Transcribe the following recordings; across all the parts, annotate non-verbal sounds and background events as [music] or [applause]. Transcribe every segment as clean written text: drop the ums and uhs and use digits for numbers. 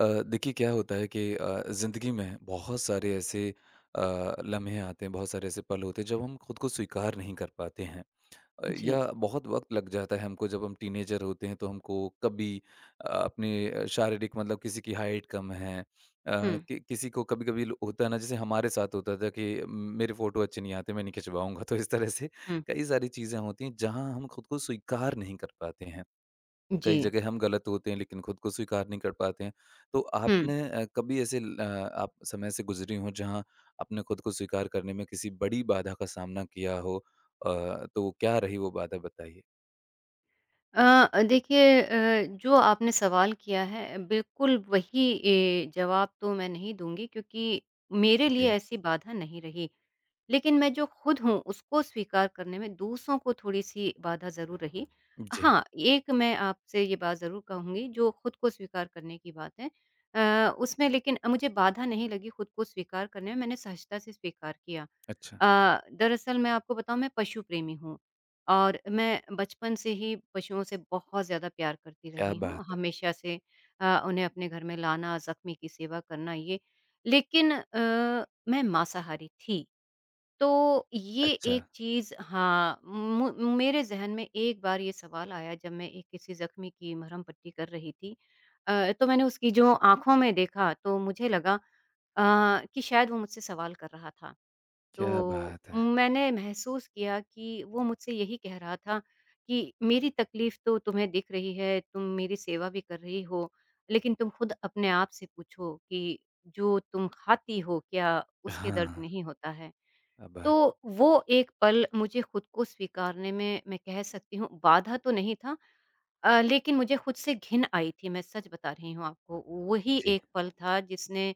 देखिए क्या होता है कि ज़िंदगी में बहुत सारे ऐसे लम्हे आते हैं, बहुत सारे ऐसे पल होते हैं जब हम खुद को स्वीकार नहीं कर पाते हैं। जी। या बहुत वक़्त लग जाता है हमको, जब हम टीनेजर होते हैं तो हमको कभी अपने शारीरिक मतलब किसी की हाइट कम है, हुँ, कि किसी को कभी-कभी ल होता है ना, जैसे हमारे साथ होता था कि मेरे फ़ोटो अच्छे नहीं आते, मैं नहीं खिंचवाऊँगा। तो इस तरह से हुँ। कई सारी चीज़ें होती हैं जहाँ हम खुद को स्वीकार नहीं कर पाते हैं। जी, कई जगह हम गलत होते हैं लेकिन खुद को स्वीकार नहीं कर पाते हैं। तो हुँ। आपने कभी ऐसे आप समय से गुज़री हों जहाँ आपने खुद को स्वीकार करने में किसी बड़ी बाधा का सामना किया हो, तो क्या रही वो बाधा बताइए? देखिए जो आपने सवाल किया है बिल्कुल वही जवाब तो मैं नहीं दूँगी क्योंकि मेरे लिए जी। ऐसी बाधा नहीं रही। लेकिन मैं जो खुद हूँ उसको स्वीकार करने में दूसरों को थोड़ी-सी बाधा ज़रूर रही। जी। हाँ, एक मैं आपसे ये बात ज़रूर कहूँगी जो खुद को स्वीकार करने की बात है, उसमें लेकिन मुझे बाधा नहीं लगी खुद को स्वीकार करने में, मैंने सहजता से स्वीकार किया। अच्छा। दरअसल मैं आपको बताऊँ, मैं पशु प्रेमी हूँ और मैं बचपन से ही पशुओं से बहुत ज़्यादा प्यार करती क्या रही बात हूँ, है! हमेशा से उन्हें अपने घर में लाना, ज़ख्मी की सेवा करना ये। लेकिन मैं मांसाहारी थी। तो ये अच्छा, एक चीज़, हाँ, मु मेरे ज़हन में एक बार ये सवाल आया जब मैं एक किसी ज़ख्मी की मरहम पट्टी कर रही थी। तो मैंने उसकी जो आँखों में देखा तो मुझे लगा अ, कि शायद वो मुझसे सवाल कर रहा था। क्या तो बात है! मैंने महसूस किया कि वो मुझसे यही कह रहा था कि मेरी तकलीफ़ तो तुम्हें दिख रही है, तुम मेरी सेवा भी कर रही हो, लेकिन तुम खुद अपने आप से पूछो कि जो तुम खाती हो क्या उसके दर्द हाँ, नहीं होता है? क्या तो बात। वो एक पल मुझे खुद को स्वीकारने में, मैं कह सकती हूँ बाधा तो नहीं था, लेकिन मुझे खुद से घिन आई थी, मैं सच बता रही हूँ आपको। वही जी। एक पल था जिसने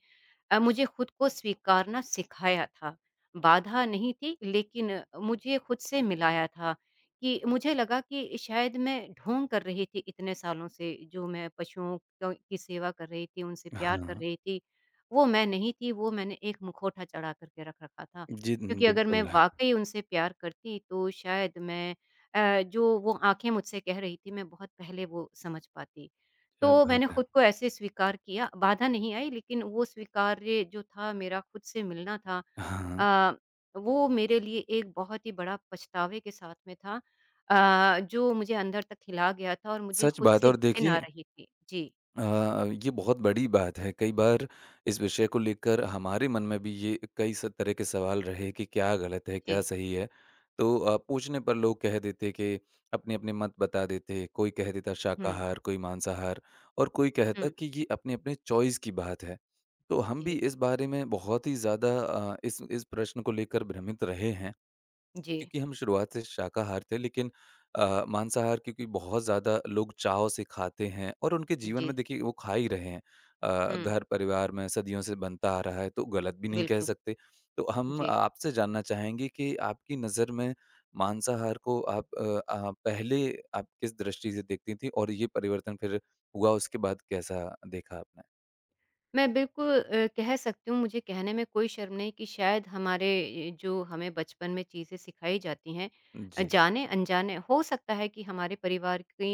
मुझे खुद को स्वीकारना सिखाया था। बाधा नहीं थी लेकिन मुझे खुद से मिलाया था कि मुझे लगा कि शायद मैं ढोंग कर रही थी इतने सालों से, जो मैं पशुओं क की सेवा कर रही थी, उनसे प्यार कर हाँ, रही थी, वो मैं नहीं थी, वो मैंने एक मुखौटा चढ़ा कर के रख रखा था। जी, क्योंकि अगर मैं बिल्कुल। वाक़ई उनसे प्यार करती तो शायद मैं जो वो आँखें मुझसे कह रही थी, मैं बहुत पहले वो समझ पाती। क्या तो बात मैंने है! खुद को ऐसे स्वीकार किया, बाधा नहीं आई लेकिन वो स्वीकार्य जो था मेरा खुद से मिलना था। हाँ, अ, वो मेरे लिए एक बहुत ही बड़ा पछतावे के साथ में था, जो मुझे अंदर तक खिला गया था और मुझे सच खुद बात है से और घिन आ देखिए, रही थी। जी, ये बहुत बड़ी बात है। कई बार इस विषय को लेकर हमारे मन में भी ये कई स तरह के सवाल रहे कि क्या गलत है, क्या जी। सही है? तो पूछने पर लोग कह देते कि अपने-अपने मत बता देते। कोई कह देता हुँ, शाकाहार, कोई मांसाहार और कोई कहता हुँ। कि ये अपने-अपने चॉइस की बात है। तो हम भी जी, इस बारे में बहुत ही ज़्यादा इस प्रश्न को लेकर भ्रमित रहे हैं। जी, क्योंकि हम शुरुआत से शाकाहार थे, लेकिन मांसाहार क्योंकि बहुत ज़्यादा लोग चाव से खाते हैं और उनके जीवन जी। में देखिए वो खा ही रहे हैं। हुँ, घर परिवार में सदियों से बनता आ रहा है तो गलत भी नहीं कह बिल्कुल। सकते। तो हम जी। आपसे जानना चाहेंगे कि आपकी नज़र में मांसाहार को आप पहले आप किस दृष्टि से देखती थी और ये परिवर्तन फिर हुआ उसके बाद कैसा देखा आपने? मैं बिल्कुल कह सकती हूँ मुझे कहने में कोई शर्म नहीं कि शायद हमारे जो हमें बचपन में चीज़ें सिखाई जाती हैं, जी, जाने अनजाने हो सकता है कि हमारे परिवार की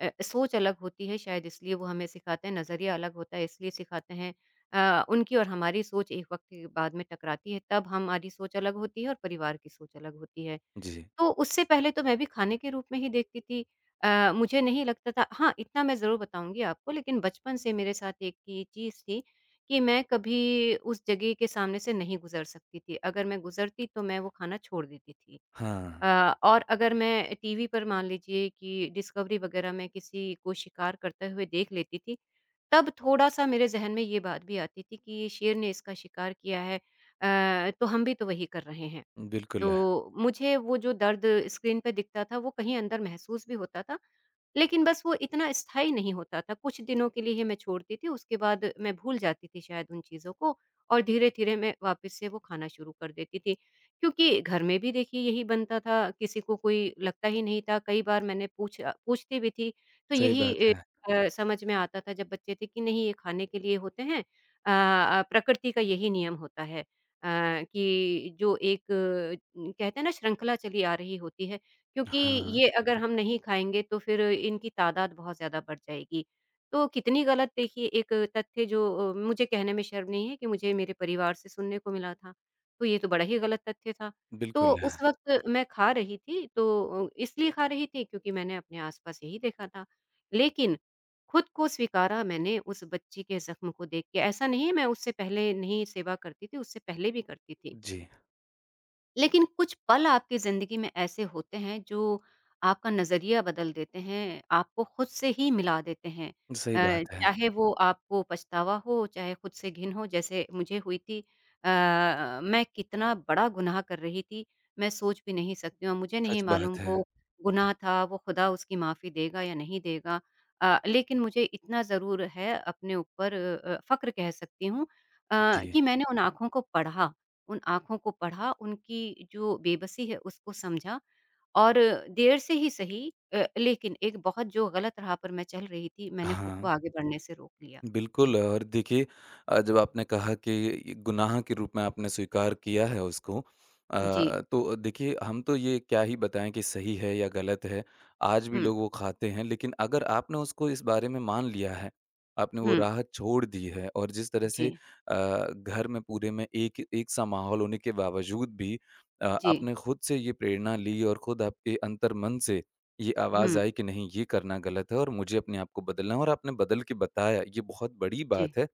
सोच अलग होती है, शायद इसलिए वो हमें सिखाते हैं, नज़रिया अलग होता है इसलिए सिखाते हैं। उनकी और हमारी सोच एक वक्त के बाद में टकराती है, तब हमारी सोच अलग होती है और परिवार की सोच अलग होती है। जी। तो उससे पहले तो मैं भी खाने के रूप में ही देखती थी। मुझे नहीं लगता था, हाँ, इतना मैं ज़रूर बताऊँगी आपको, लेकिन बचपन से मेरे साथ एक ये चीज़ थी कि मैं कभी उस जगह के सामने से नहीं गुज़र सकती थी। अगर मैं गुज़रती तो मैं वो खाना छोड़ देती थी। अ, हाँ, और अगर मैं टीवी पर मान लीजिए कि डिस्कवरी वग़ैरह में किसी को शिकार करते हुए देख लेती थी, तब थोड़ा-सा मेरे ज़हन में ये बात भी आती थी कि ये शेर ने इसका शिकार किया है, तो हम भी तो वही कर रहे हैं। बिल्कुल, है, तो मुझे वो जो दर्द स्क्रीन पे दिखता था, वो कहीं अंदर महसूस भी होता था, लेकिन बस वो इतना स्थायी नहीं होता था, कुछ दिनों के लिए ही मैं छोड़ती थी, उसके बाद मैं भूल जाती थी शायद उन चीज़ों को और धीरे-धीरे मैं वापस से वो खाना शुरू कर देती थी। क्योंकि घर में भी देखिए यही बनता था, किसी को कोई लगता ही नहीं था, कई बार मैंने पूछा, पूछती भी थी, तो सही बात यही है। समझ में आता था जब बच्चे थे कि नहीं ये खाने के लिए होते हैं। प्रकृति का यही नियम होता है, कि जो एक, कहते हैं ना, श्रृंखला चली आ रही होती है, क्योंकि हाँ, ये अगर हम नहीं खाएँगे तो फिर इनकी तादाद बहुत ज़्यादा बढ़ जाएगी। तो कितनी गलत देखिए एक तथ्य जो मुझे कहने में शर्म नहीं है कि मुझे मेरे परिवार से सुनने को मिला था। तो ये तो बड़ा ही गलत तथ्य था। तो बिल्कुल। है। उस वक़्त मैं खा रही थी तो इसलिए खा रही थी क्योंकि मैंने अपने आस-पास यही देखा था। लेकिन खुद को स्वीकारा मैंने उस बच्ची के ज़ख्म को देख के। ऐसा नहीं है मैं उससे पहले नहीं सेवा करती थी, उससे पहले भी करती थी। जी। लेकिन कुछ पल आपकी ज़िंदगी में ऐसे होते हैं जो आपका नज़रिया बदल देते हैं, आपको खुद से ही मिला देते हैं। सही बात है, चाहे वो आपको पछतावा हो, चाहे खुद से घिन हो जैसे मुझे हुई थी। अ, मैं कितना बड़ा गुनाह कर रही थी, मैं सोच भी नहीं सकती हूँ। मुझे नहीं सच मालूम बात है। वो गुनाह था, वो खुदा उसकी माफ़ी देगा या नहीं देगा। लेकिन मुझे इतना ज़रूर है, अपने ऊपर फ़क्र कह सकती हूँ अ, जी, कि मैंने उन आँखों को पढ़ा। उन आँखों को पढ़ा, उनकी जो बेबसी है उसको समझा और देर से ही सही, लेकिन एक बहुत जो गलत राह पर मैं चल रही थी, मैंने खुद को हाँ, आगे बढ़ने से रोक लिया। जी, बिल्कुल और देखिए, जब आपने कहा कि ये गुनाह के रूप में आपने स्वीकार किया है उसको, जी। तो देखिए हम तो ये क्या ही बताएँ कि सही है या गलत है, आज भी हुँ, लोग वो खाते हैं, लेकिन अगर आपने उसको इस बारे में मान लिया है, आपने वो हुँ। राह छोड़ दी है और जिस तरह से जी, अ, घर में पूरे में एक एक सा माहौल होने के बावजूद भी जी। आपने खुद से ये प्रेरणा ली और खुद आपके अंतर्मन से ये आवाज़ हुँ, आई कि नहीं, ये करना गलत है और मुझे अपने आप को बदलना है और आपने बदल के बताया, ये बहुत बड़ी जी। बात है।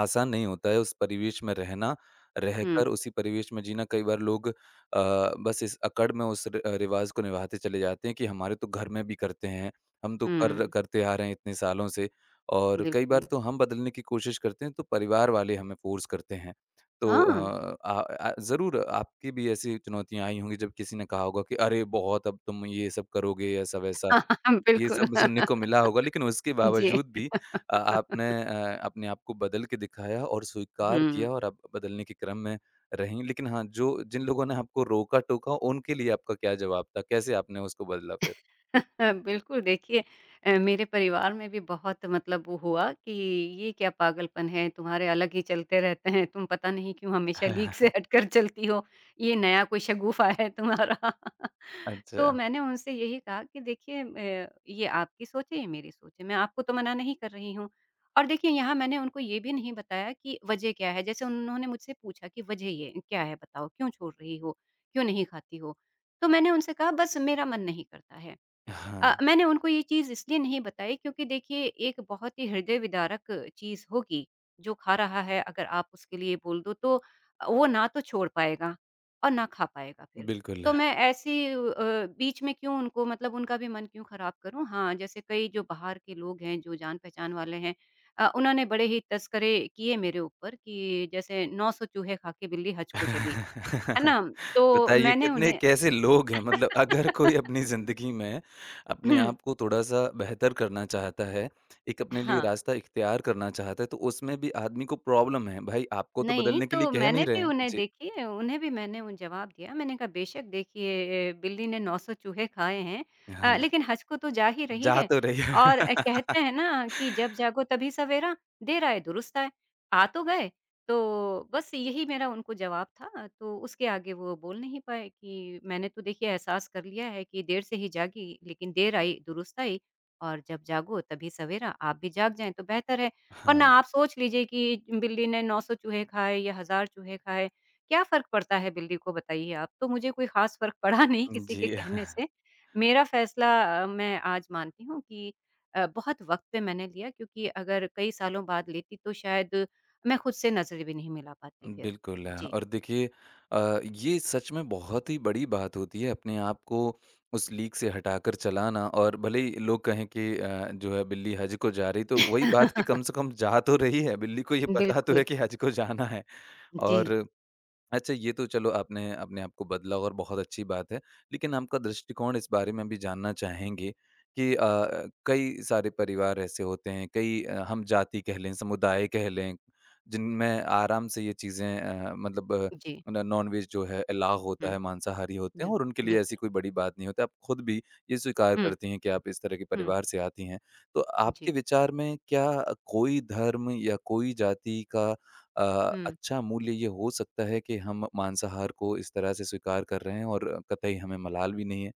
आसान नहीं होता है उस परिवेश में रहना, हुँ, रहकर उसी परिवेश में जीना। कई बार लोग बस इस अकड़ में उस र रिवाज़ को निभाते चले जाते हैं कि हमारे तो घर में भी करते हैं, हम तो कर हुँ। करते आ रहे हैं इतने सालों से, और कई बार बिल्कुल। तो हम बदलने की कोशिश करते हैं तो परिवार वाले हमें फ़ोर्स करते हैं। तो हाँ, अ, आ आ ज़रूर आपकी भी ऐसी चुनौतियाँ आई होंगी जब किसी ने कहा होगा कि अरे! बहुत, अब तुम ये सब करोगे, ऐसा-वैसा [laughs] ये बिल्कुल। सब सुनने [laughs] को मिला होगा, लेकिन उसके जी। बावजूद भी [laughs] आपने अपने आप को बदल के दिखाया और स्वीकार हुँ। किया और आप बदलने के क्रम में रहीं। लेकिन हाँ, जो जिन लोगों ने आपको रोका-टोका, उनके लिए आपका क्या जवाब था? कैसे आपने उसको बदला फिर? [laughs] बिल्कुल, देखिए मेरे परिवार में भी बहुत, मतलब, वो हुआ कि ये क्या पागलपन है, तुम्हारे अलग ही चलते रहते हैं, तुम पता नहीं क्यों हमेशा लीक से [laughs] हटकर चलती हो, ये नया कोई शगुफा है तुम्हारा? [laughs] तो अच्छा। मैंने उनसे यही कहा कि देखिए ये आपकी सोच है, ये मेरी सोच है, मैं आपको तो मना नहीं कर रही हूँ। और देखिए यहाँ मैंने उनको ये भी नहीं बताया कि वजह क्या है, जैसे उन्होंने मुझसे पूछा कि वजह ये क्या है, बताओ क्यों छोड़ रही हो, क्यों नहीं खाती हो, तो मैंने उनसे कहा बस मेरा मन नहीं करता है। हाँ, मैंने उनको ये चीज़ इसलिए नहीं बताई क्योंकि देखिए एक बहुत ही हृदय विदारक चीज़ होगी, जो खा रहा है अगर आप उसके लिए बोल दो तो वो ना तो छोड़ पाएगा और ना खा पाएगा फिर। बिल्कुल। तो मैं ऐसी बीच में क्यों उनको, मतलब, उनका भी मन क्यों खराब करूँ? हाँ, जैसे कई जो बाहर के लोग हैं, जो जान-पहचान वाले हैं, उन्होंने बड़े ही तस्करे किए मेरे ऊपर कि जैसे 900 चूहे खा के बिल्ली हज को चली, है [laughs] ना? तो बताइए मैंने कितने उन्हें कैसे लोग हैं, मतलब अगर कोई अपनी [laughs] ज़िंदगी में अपने हम्म, आप को थोड़ा-सा बेहतर करना चाहता है, एक अपने लिए हाँ। रास्ता इख्तियार करना चाहता है, तो उसमें भी आदमी को प्रॉब्लम है। भाई, आपको तो नहीं, बदलने के लिए तो कह मैंने नहीं रहे भी हैं। उन्हें, जी, देखिए, उन्हें भी मैंने उन जवाब दिया। मैंने कहा बेशक देखिए बिल्ली ने 900 चूहे खाए हैं, हाँ, लेकिन हज को तो जा ही रही जा है। तो रही है। और कहते हैं [laughs] ना कि जब जागो तभी सवेरा, देर आए दुरुस्त आए। आ तो गए, तो बस यही मेरा उनको जवाब था। तो उसके आगे वो बोल नहीं पाए कि मैंने तो देखिए एहसास कर लिया है कि देर से ही जागी, लेकिन देर आई दुरुस्त आई, और जब जागो तभी सवेरा, आप भी जाग जाएँ तो बेहतर है। वरना हाँ, आप सोच लीजिए कि बिल्ली ने 900 चूहे खाए या 1000 चूहे खाए, क्या फ़र्क पड़ता है बिल्ली को, बताइए आप? तो मुझे कोई ख़ास फ़र्क पड़ा [laughs] नहीं किसी के जी। कहने से। मेरा फ़ैसला, मैं आज मानती हूँ कि बहुत वक़्त पे मैंने लिया क्योंकि अगर कई सालों बाद लेती तो शायद मैं खुद से नज़र भी नहीं मिला पाती फिर। बिल्कुल जी। और देखिए, ये सच में बहुत ही बड़ी बात होती है अपने आप को उस लीक से हटाकर चलाना, और भले ही लोग कहें कि जो है बिल्ली हज को जा रही, तो वही बात कि कम से [laughs] कम जा तो रही है, बिल्ली को ये पता तो बिल्कुल। है कि हज को जाना है। जी, और अच्छा, ये तो चलो आपने अपने आप को बदला, और बहुत अच्छी बात है। लेकिन आपका दृष्टिकोण इस बारे में भी जानना चाहेंगे कि कई सारे परिवार ऐसे होते हैं, कई हम जाति कह लें, समुदाय कह लें, जिनमें आराम से ये चीज़ें मतलब जी। न नॉन-वेज जो है अलाउ हुँ, होता है, मांसाहारी होते हैं और उनके बिल्कुल, लिए ऐसी बिल्कुल। कोई बड़ी बात नहीं होती। आप खुद भी ये स्वीकार हुँ, करती हैं कि आप इस तरह के हुँ। परिवार से आती हैं। तो आपके जी, विचार में क्या कोई धर्म या कोई जाति का अ, हुँ। अच्छा मूल्य ये हो सकता है कि हम मांसाहार को इस तरह से स्वीकार कर रहे हैं और कतई हमें मलाल भी नहीं है?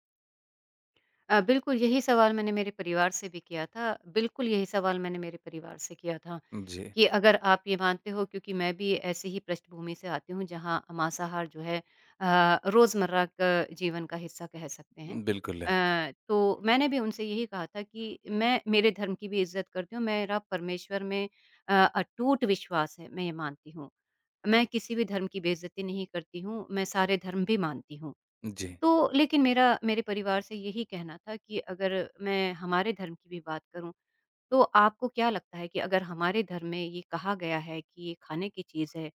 बिल्कुल यही सवाल मैंने मेरे परिवार से भी किया था। बिल्कुल यही सवाल मैंने मेरे परिवार से किया था जी, कि अगर आप ये मानते हो, क्योंकि मैं भी ऐसे ही पृष्ठभूमि से आती हूँ जहाँ मांसाहार जो है रोज़मर्रा का जीवन का हिस्सा कह सकते हैं। बिल्कुल। है। तो मैंने भी उनसे यही कहा था कि मैं मेरे धर्म की भी इज़्ज़त करती हूँ, मेरा परमेश्वर में अटूट विश्वास है, मैं ये मानती हूँ। मैं किसी भी धर्म की बेइज़्ज़ती नहीं करती हूँ, मैं सारे धर्म भी मानती हूँ। जी, तो लेकिन मेरा मेरे परिवार से यही कहना था कि अगर मैं हमारे धर्म की भी बात करूँ, तो आपको क्या लगता है कि अगर हमारे धर्म में ये कहा गया है कि ये खाने की चीज़ है,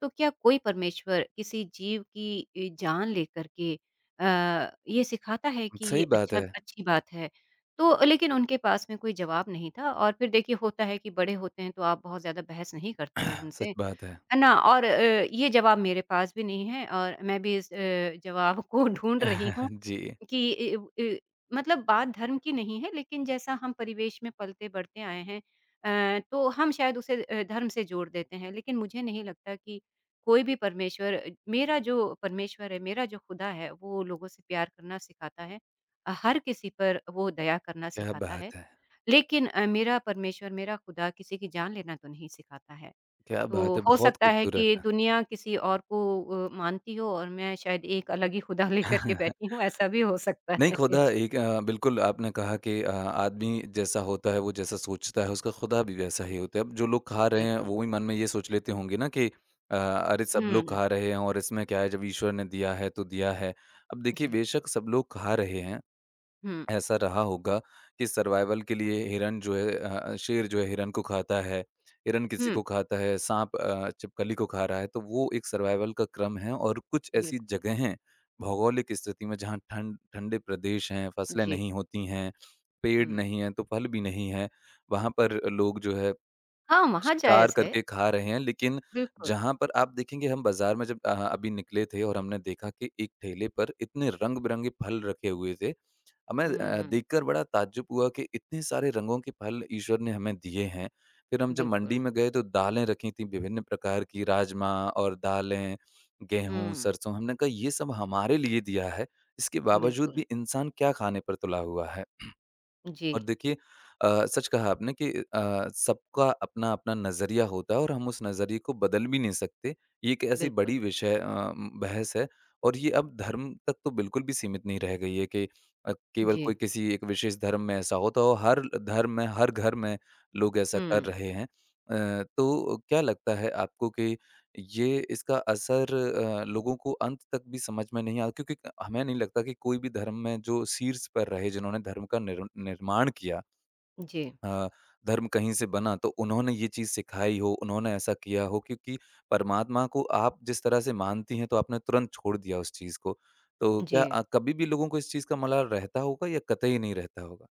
तो क्या कोई परमेश्वर किसी जीव की जान लेकर के ये सिखाता है कि ये सही बात है। अच्छी बात है? तो लेकिन उनके पास में कोई जवाब नहीं था और फिर देखिए होता है कि बड़े होते हैं तो आप बहुत ज़्यादा बहस नहीं करते हो सच उनसे, बात है। है ना? और ये जवाब मेरे पास भी नहीं है और मैं भी इस जवाब को [laughs] ढूँढ रही हूँ [laughs] जी, कि ए उ ए मतलब बात धर्म की नहीं है, लेकिन जैसा हम परिवेश में पलते-बढ़ते आए हैं, तो हम शायद उसे धर्म से जोड़ देते हैं। लेकिन मुझे नहीं लगता कि कोई भी परमेश्वर, मेरा जो परमेश्वर है, मेरा जो खुदा है, वो लोगों से प्यार करना सिखाता है। हर किसी पर वो दया करना क्या सिखाता है। बात है! लेकिन मेरा परमेश्वर, मेरा खुदा किसी की जान लेना तो नहीं सिखाता है। क्या तो बात है! हो बहुत सकता है खूबसूरत। कि है। दुनिया किसी और को मानती हो और मैं शायद एक अलग ही खुदा [laughs] लेकर के बैठी [laughs] हूँ, ऐसा भी हो सकता नहीं, है। [laughs] खुदा जी। एक बिल्कुल आपने कहा कि आदमी जैसा होता है, वो जैसा सोचता है, उसका खुदा भी वैसा ही होता है। अब जो लोग खा रहे हैं, बिल्कुल। वो भी मन में ये सोच लेते होंगे ना कि अरे! सब लोग हुँ, खा रहे हैं और इसमें क्या है, जब ईश्वर ने दिया है, तो दिया है। अब देखिए, जी। बेशक सब लोग खा रहे हैं, हुँ, ऐसा रहा होगा कि सर्वाइवल के लिए हिरन जो है, शेर जो है हिरन को खाता है, हिरन किसी हुँ। को खाता है, साँप छिपकली को खा रहा है, तो वो एक सर्वाइवल का क्रम है। और कुछ ऐसी बिल्कुल। जगह हैं, भौगोलिक स्थिति में जहाँ ठंड ठंडे प्रदेश हैं, फसलें जी, नहीं होती हैं, पेड़ हुँ। नहीं हैं, तो फल भी नहीं है, वहाँ पर लोग जो है हाँ, वहाँ शिकार जायज़ है। करके खा रहे हैं। लेकिन बिल्कुल। जहाँ पर आप देखेंगे, हम बाज़ार में जब अभी निकले थे और हमने देखा कि एक ठेले पर इतने रंग-बिरंगे फल रखे हुए थे, मैं हुँ, देखकर बड़ा ताज्जुब हुआ कि इतने सारे रंगों के फल ईश्वर ने हमें दिए हैं। फिर हम जब मंडी बिल्कुल। में गए तो दालें रखी थीं विभिन्न प्रकार की, राजमा और दालें, गेहूँ, हुँ, सरसों। हमने कहा ये सब हमारे लिए दिया है, इसके बावजूद बिल्कुल। भी इंसान क्या खाने पर तुला हुआ है। जी, और देखिए सच कहा आपने कि सबका अपना-अपना नज़रिया होता है और हम उस नज़रिए को बदल भी नहीं सकते। ये एक ऐसी बिल्कुल। बड़ी विषय बहस है, और ये अब धर्म तक तो बिल्कुल भी सीमित नहीं रह गई है कि केवल जी, कोई किसी एक विशेष धर्म में ऐसा होता हो, हर धर्म में, हर घर में लोग ऐसा कर हुँ, रहे हैं। तो क्या लगता है आपको कि ये इसका असर लोगों को अंत तक भी समझ में नहीं आया, क्योंकि हमें नहीं लगता कि कोई भी धर्म में जो शीर्ष पर रहे, जिन्होंने धर्म का निर्माण किया, जी, अ, धर्म कहीं से बना, तो उन्होंने ये चीज़ सिखाई हो, उन्होंने ऐसा किया हो, क्योंकि परमात्मा को आप जिस तरह से मानती हैं तो आपने तुरंत छोड़ दिया उस चीज़ को, तो क्या जी। कभी भी लोगों को इस चीज़ का मलाल रहता होगा या कतई नहीं रहता होगा?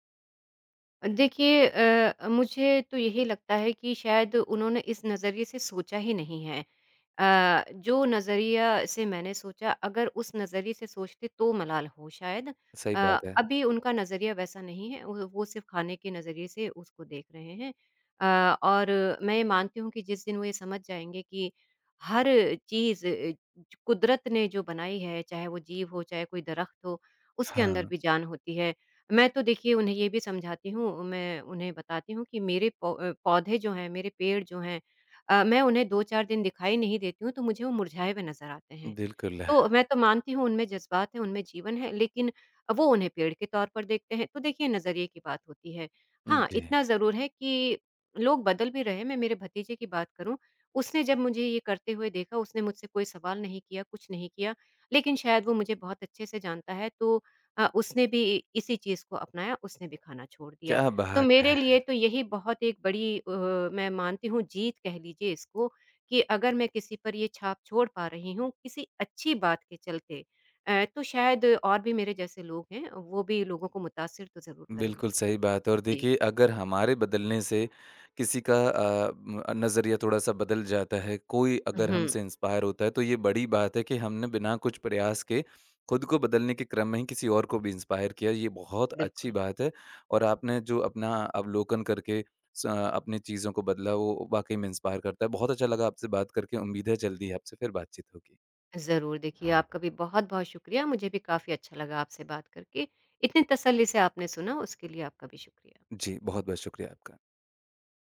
देखिए मुझे तो यही लगता है कि शायद उन्होंने इस नज़रिए से सोचा ही नहीं है। जो नज़रिया से मैंने सोचा, अगर उस नज़रिए से सोचते तो मलाल हो शायद। सही अ, बात है। अभी उनका नज़रिया वैसा नहीं है, वो सिर्फ़ खाने के नज़रिए से उसको देख रहे हैं। और मैं ये मानती हूँ कि जिस दिन वो ये समझ जाएँगे कि हर चीज़, कुदरत ने जो बनाई है, चाहे वो जीव हो, चाहे कोई दरख़्त हो, उसके अंदर हाँ। भी जान होती है। मैं तो देखिए उन्हें ये भी समझाती हूँ, मैं उन्हें बताती हूँ कि मेरे पौधे जो हैं, मेरे पेड़ जो हैं, मैं उन्हें 2-4 दिन दिखाई नहीं देती हूँ, तो मुझे वो मुरझाए हुए नज़र आते हैं। बिल्कुल। तो मैं तो मानती हूँ उनमें जज़्बात हैं, उनमें जीवन है, लेकिन वो उन्हें पेड़ के तौर पर देखते हैं। तो देखिए नज़रिए की बात होती है। हाँ, जी। इतना ज़रूर है कि लोग बदल भी रहे हैं, मैं मेरे भतीजे की बात करूँ, उसने जब मुझे ये करते हुए देखा, उसने मुझसे कोई सवाल नहीं किया, कुछ नहीं किया, लेकिन शायद वो मुझे बहुत अच्छे से जानता है, तो उसने भी इसी चीज़ को अपनाया, उसने भी खाना छोड़ दिया। क्या तो बात मेरे है! लिए तो यही बहुत एक बड़ी मैं मानती हूँ जीत कह लीजिए इसको कि अगर मैं किसी पर ये छाप छोड़ पा रही हूँ किसी अच्छी बात के चलते, तो शायद और भी मेरे जैसे लोग हैं, वो भी लोगों को मुतासिर तो ज़रूर बिल्कुल करेंगे। सही बात है और जी। देखिए, अगर हमारे बदलने से किसी का नज़रिया थोड़ा-सा बदल जाता है, कोई अगर हुँ, हमसे इंस्पायर होता है, तो ये बड़ी बात है कि हमने बिना कुछ प्रयास के खुद को बदलने के क्रम में ही किसी और को भी इंस्पायर किया, ये बहुत अच्छी बिल्कुल। बात है। और आपने जो अपना अवलोकन करके अपनी चीज़ों को बदला, वो वाक़ई में इंस्पायर करता है। बहुत अच्छा लगा आपसे बात करके, उम्मीद है जल्दी ही आपसे फिर बातचीत होगी। ज़रूर, देखिए आपका भी बहुत-बहुत शुक्रिया। मुझे भी काफ़ी अच्छा लगा आपसे बात करके। इतनी तसल्ली से आपने सुना, उसके लिए आपका भी शुक्रिया। जी, बहुत-बहुत शुक्रिया आपका।